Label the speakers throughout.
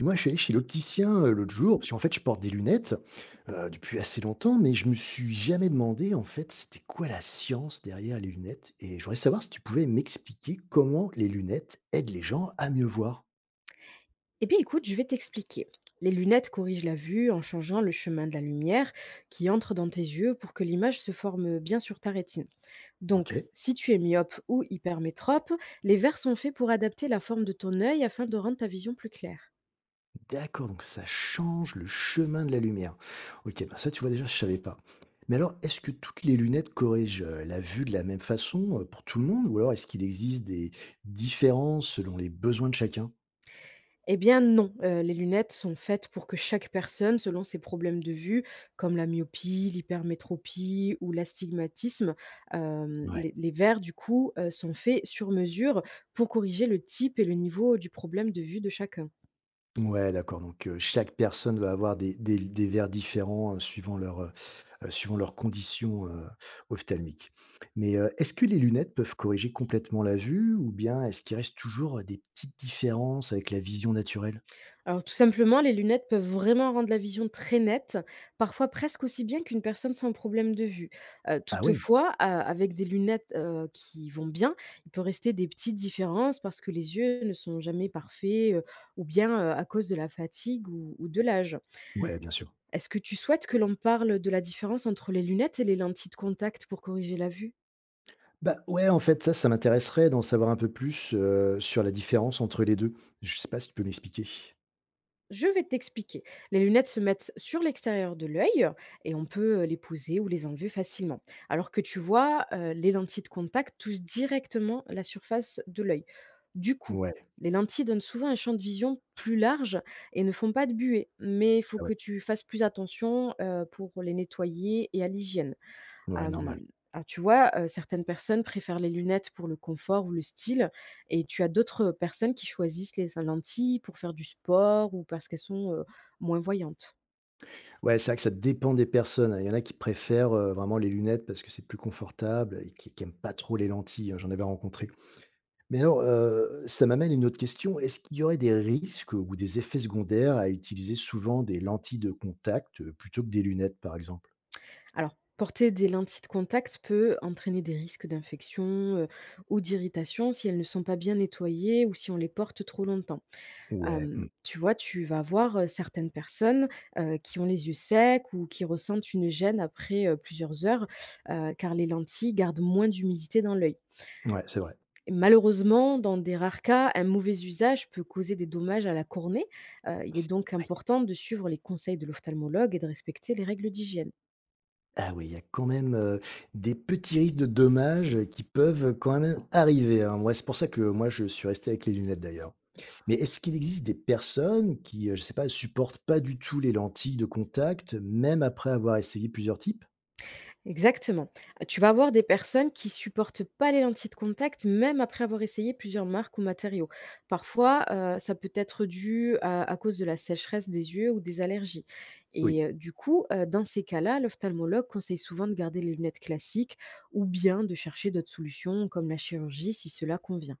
Speaker 1: Et moi, je suis allé chez l'opticien l'autre jour, parce qu'en fait, je porte des lunettes depuis assez longtemps, mais je me suis jamais demandé, en fait, c'était quoi la science derrière les lunettes. Et je voudrais savoir si tu pouvais m'expliquer comment les lunettes aident les gens à mieux voir.
Speaker 2: Eh bien, écoute, je vais t'expliquer. Les lunettes corrigent la vue en changeant le chemin de la lumière qui entre dans tes yeux pour que l'image se forme bien sur ta rétine.
Speaker 1: Ok.
Speaker 2: Donc, si tu es myope ou hypermétrope, les verres sont faits pour adapter la forme de ton œil afin de rendre ta vision plus claire.
Speaker 1: D'accord, donc ça change le chemin de la lumière. Ok, ben ça, tu vois déjà, je savais pas. Mais alors, est-ce que toutes les lunettes corrigent la vue de la même façon pour tout le monde, ou alors est-ce qu'il existe des différences selon les besoins de chacun?
Speaker 2: Eh bien non, les lunettes sont faites pour que chaque personne, selon ses problèmes de vue, comme la myopie, l'hypermétropie ou l'astigmatisme,
Speaker 1: Ouais.
Speaker 2: les verres du coup, sont faits sur mesure pour corriger le type et le niveau du problème de vue de chacun.
Speaker 1: Ouais, d'accord. Donc, chaque personne va avoir des verres différents, suivant leurs conditions, ophtalmiques. Mais, est-ce que les lunettes peuvent corriger complètement la vue ou bien est-ce qu'il reste toujours, des petites différences avec la vision naturelle?
Speaker 2: Alors tout simplement, les lunettes peuvent vraiment rendre la vision très nette, parfois presque aussi bien qu'une personne sans problème de vue. Heu,
Speaker 1: Ah ouais?
Speaker 2: toutefois, heu, avec des lunettes, qui vont bien, il peut rester des petites différences parce que les yeux ne sont jamais parfaits, ou bien, à cause de la fatigue ou de l'âge.
Speaker 1: Ouais, bien sûr.
Speaker 2: Est-ce que tu souhaites que l'on parle de la différence entre les lunettes et les lentilles de contact pour corriger la vue?
Speaker 1: Bah, ouais, en fait, ça m'intéresserait d'en savoir un peu plus, sur la différence entre les 2. Je sais pas si tu peux m'expliquer?
Speaker 2: Je vais t'expliquer. Les lunettes se mettent sur l'extérieur de l'œil et on peut les poser ou les enlever facilement. Alors que tu vois, les lentilles de contact touchent directement la surface de l'œil. Du coup,
Speaker 1: Ouais,
Speaker 2: les lentilles donnent souvent un champ de vision plus large et ne font pas de buée. Mais il faut
Speaker 1: ah ouais,
Speaker 2: que tu fasses plus attention pour les nettoyer et à l'hygiène.
Speaker 1: ouais,
Speaker 2: Hem,
Speaker 1: normal.
Speaker 2: alors tu vois, certaines personnes préfèrent les lunettes pour le confort ou le style et tu as d'autres, personnes qui choisissent les lentilles pour faire du sport ou parce qu'elles sont, moins voyantes.
Speaker 1: Ouais, c'est vrai que ça dépend des personnes, hein. Il y en a qui préfèrent, vraiment les lunettes parce que c'est plus confortable et qui n'aiment pas trop les lentilles, hein, j'en avais rencontré. Mais alors, ça m'amène à une autre question. Est-ce qu'il y aurait des risques ou des effets secondaires à utiliser souvent des lentilles de contact, plutôt que des lunettes, par exemple?
Speaker 2: Alors, porter des lentilles de contact peut entraîner des risques d'infection, ou d'irritation si elles ne sont pas bien nettoyées ou si on les porte trop longtemps.
Speaker 1: Ouais,
Speaker 2: Tu vois, tu vas voir, certaines personnes, qui ont les yeux secs ou qui ressentent une gêne après, plusieurs heures, car les lentilles gardent moins d'humidité dans l'œil.
Speaker 1: mmh, ouais, c'est vrai.
Speaker 2: Et malheureusement, dans des rares cas, un mauvais usage peut causer des dommages à la cornée. Il est donc important de suivre les conseils de l'ophtalmologue et de respecter les règles d'hygiène.
Speaker 1: Ah oui, il y a quand même, des petits risques de dommages, qui peuvent, quand même arriver, hein. Moi, c'est pour ça que moi je suis resté avec les lunettes d'ailleurs. Mais est-ce qu'il existe des personnes qui, je sais pas, supportent pas du tout les lentilles de contact, même après avoir essayé plusieurs types?
Speaker 2: Exactement. Tu vas avoir des personnes qui supportent pas les lentilles de contact, même après avoir essayé plusieurs marques ou matériaux. Parfois, ça peut être dû à cause de la sécheresse des yeux ou des allergies
Speaker 1: Oui.
Speaker 2: et du coup, dans ces cas-là, l'ophtalmologue conseille souvent de garder les lunettes classiques ou bien de chercher d'autres solutions comme la chirurgie si cela convient.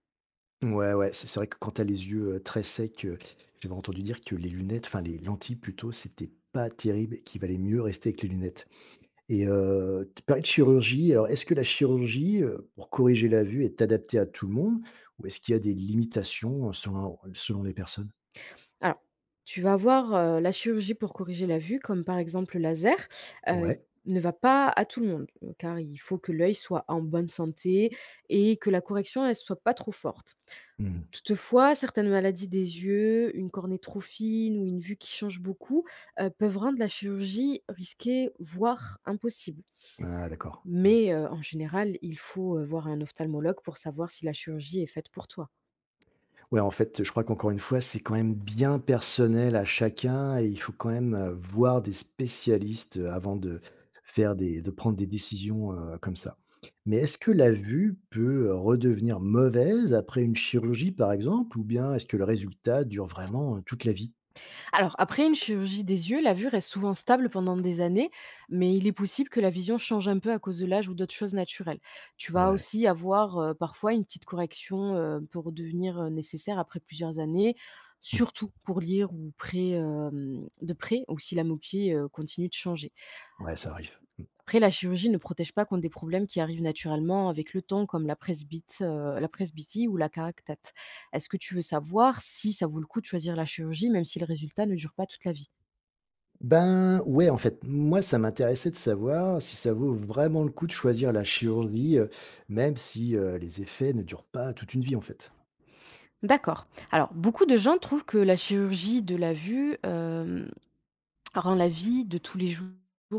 Speaker 1: Ouais, ouais, c'est vrai que quand tu as les yeux, très secs, j'avais entendu dire que les lunettes, enfin les lentilles plutôt, c'était pas terrible et qu'il valait mieux rester avec les lunettes. Et tu parlais de chirurgie, alors est-ce que la chirurgie, pour corriger la vue est adaptée à tout le monde ou est-ce qu'il y a des limitations selon les personnes?
Speaker 2: Alors, tu vas voir la chirurgie pour corriger la vue, comme par exemple le laser, heu,
Speaker 1: Ouais.
Speaker 2: ne va pas à tout le monde, car il faut que l'œil soit en bonne santé et que la correction, elle soit pas trop forte.
Speaker 1: Mmh.
Speaker 2: Toutefois, certaines maladies des yeux, une cornée trop fine ou une vue qui change beaucoup, peuvent rendre la chirurgie risquée, voire impossible.
Speaker 1: Ah d'accord.
Speaker 2: Mais, en général, il faut, voir un ophtalmologue pour savoir si la chirurgie est faite pour toi.
Speaker 1: Ouais, en fait, je crois qu'encore une fois, c'est quand même bien personnel à chacun et il faut quand même, voir des spécialistes, avant de faire des de prendre des décisions, comme ça. Mais est-ce que la vue peut, redevenir mauvaise après une chirurgie, par exemple, ou bien est-ce que le résultat dure vraiment, toute la vie?
Speaker 2: Alors après une chirurgie des yeux, la vue reste souvent stable pendant des années, mais il est possible que la vision change un peu à cause de l'âge ou d'autres choses naturelles. Tu vas
Speaker 1: Ouais.
Speaker 2: aussi avoir parfois une petite correction pour devenir nécessaire après plusieurs années, surtout pour lire ou près, de près, ou si la myopie continue de changer.
Speaker 1: Ouais, ça arrive.
Speaker 2: Après, la chirurgie ne protège pas contre des problèmes qui arrivent naturellement avec le temps, comme la, presbyte, la presbytie ou la caractate. Est-ce que tu veux savoir si ça vaut le coup de choisir la chirurgie, même si le résultat ne dure pas toute la vie?
Speaker 1: Ben, ouais, en fait, moi, ça m'intéressait de savoir si ça vaut vraiment le coup de choisir la chirurgie, même si, les effets ne durent pas toute une vie, en fait.
Speaker 2: D'accord. Alors, beaucoup de gens trouvent que la chirurgie de la vue rend la vie de tous les jours,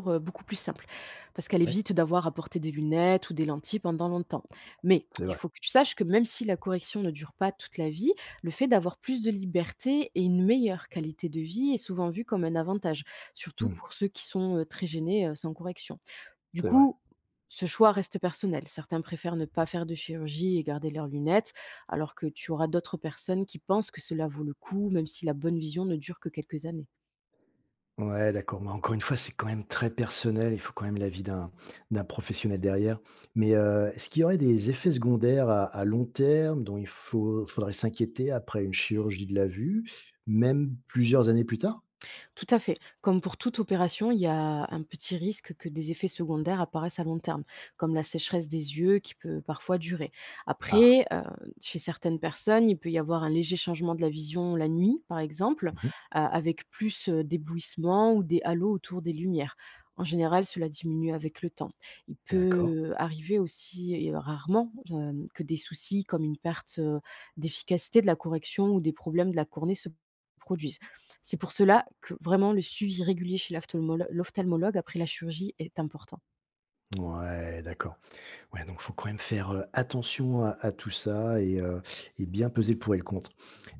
Speaker 2: beaucoup plus simple, parce qu'elle
Speaker 1: Ouais.
Speaker 2: évite d'avoir à porter des lunettes ou des lentilles pendant longtemps. Mais
Speaker 1: C'est
Speaker 2: il
Speaker 1: vrai.
Speaker 2: faut que tu saches que même si la correction ne dure pas toute la vie, le fait d'avoir plus de liberté et une meilleure qualité de vie est souvent vu comme un avantage, surtout
Speaker 1: Mmh,
Speaker 2: pour ceux qui sont, très gênés, sans correction. Du
Speaker 1: c'est vrai.
Speaker 2: coup, ce choix reste personnel. Certains préfèrent ne pas faire de chirurgie et garder leurs lunettes, alors que tu auras d'autres personnes qui pensent que cela vaut le coup, même si la bonne vision ne dure que quelques années.
Speaker 1: Ouais, d'accord, mais encore une fois, c'est quand même très personnel, il faut quand même l'avis d'un professionnel derrière. Mais, est-ce qu'il y aurait des effets secondaires à long terme dont il faut faudrait s'inquiéter après une chirurgie de la vue, même plusieurs années plus tard?
Speaker 2: Tout à fait. Comme pour toute opération, il y a un petit risque que des effets secondaires apparaissent à long terme, comme la sécheresse des yeux qui peut parfois durer.
Speaker 1: Ah,
Speaker 2: Après, chez certaines personnes, il peut y avoir un léger changement de la vision la nuit, par exemple,
Speaker 1: mmh
Speaker 2: avec plus d'éblouissements ou des halos autour des lumières. En général, cela diminue avec le temps. Il
Speaker 1: d'accord.
Speaker 2: peut arriver aussi, et rarement, que des soucis comme une perte d'efficacité de la correction ou des problèmes de la cornée se produisent. C'est pour cela que vraiment le suivi régulier chez l'ophtalmologue après la chirurgie est important.
Speaker 1: Ouais, d'accord. Ouais, donc faut quand même faire, attention à tout ça et bien peser le pour et le contre.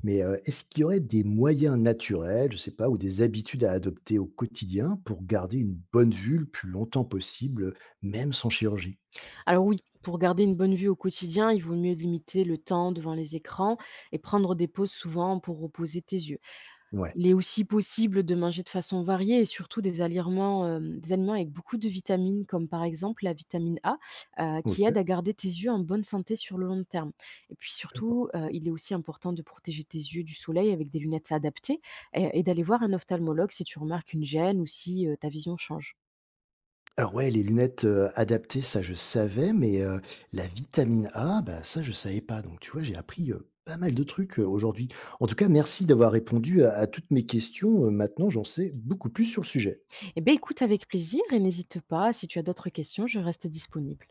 Speaker 1: Mais, est-ce qu'il y aurait des moyens naturels, je sais pas, ou des habitudes à adopter au quotidien pour garder une bonne vue le plus longtemps possible, même sans chirurgie?
Speaker 2: Alors oui, pour garder une bonne vue au quotidien, il vaut mieux limiter le temps devant les écrans et prendre des pauses souvent pour reposer tes yeux.
Speaker 1: Ouais,
Speaker 2: Il est aussi possible de manger de façon variée et surtout des aliments, des aliments avec beaucoup de vitamines, comme par exemple la vitamine A,
Speaker 1: ok,
Speaker 2: qui aide à
Speaker 1: je
Speaker 2: garder tes yeux en bonne santé sur le long terme. Et puis
Speaker 1: savais pas.
Speaker 2: surtout, il est aussi important de protéger tes yeux du soleil avec des lunettes adaptées et d'aller voir un ophtalmologue si tu remarques une gêne ou si, ta vision change.
Speaker 1: Alors ouais, les lunettes, adaptées, ça je savais, mais, la vitamine A, bah, ça je savais pas. Donc tu vois, j'ai appris, pas mal de trucs, aujourd'hui. En tout cas, merci d'avoir répondu à toutes mes questions, maintenant j'en sais beaucoup plus sur le sujet.
Speaker 2: Eh bien, écoute avec plaisir et n'hésite pas, si tu as d'autres questions, je reste disponible.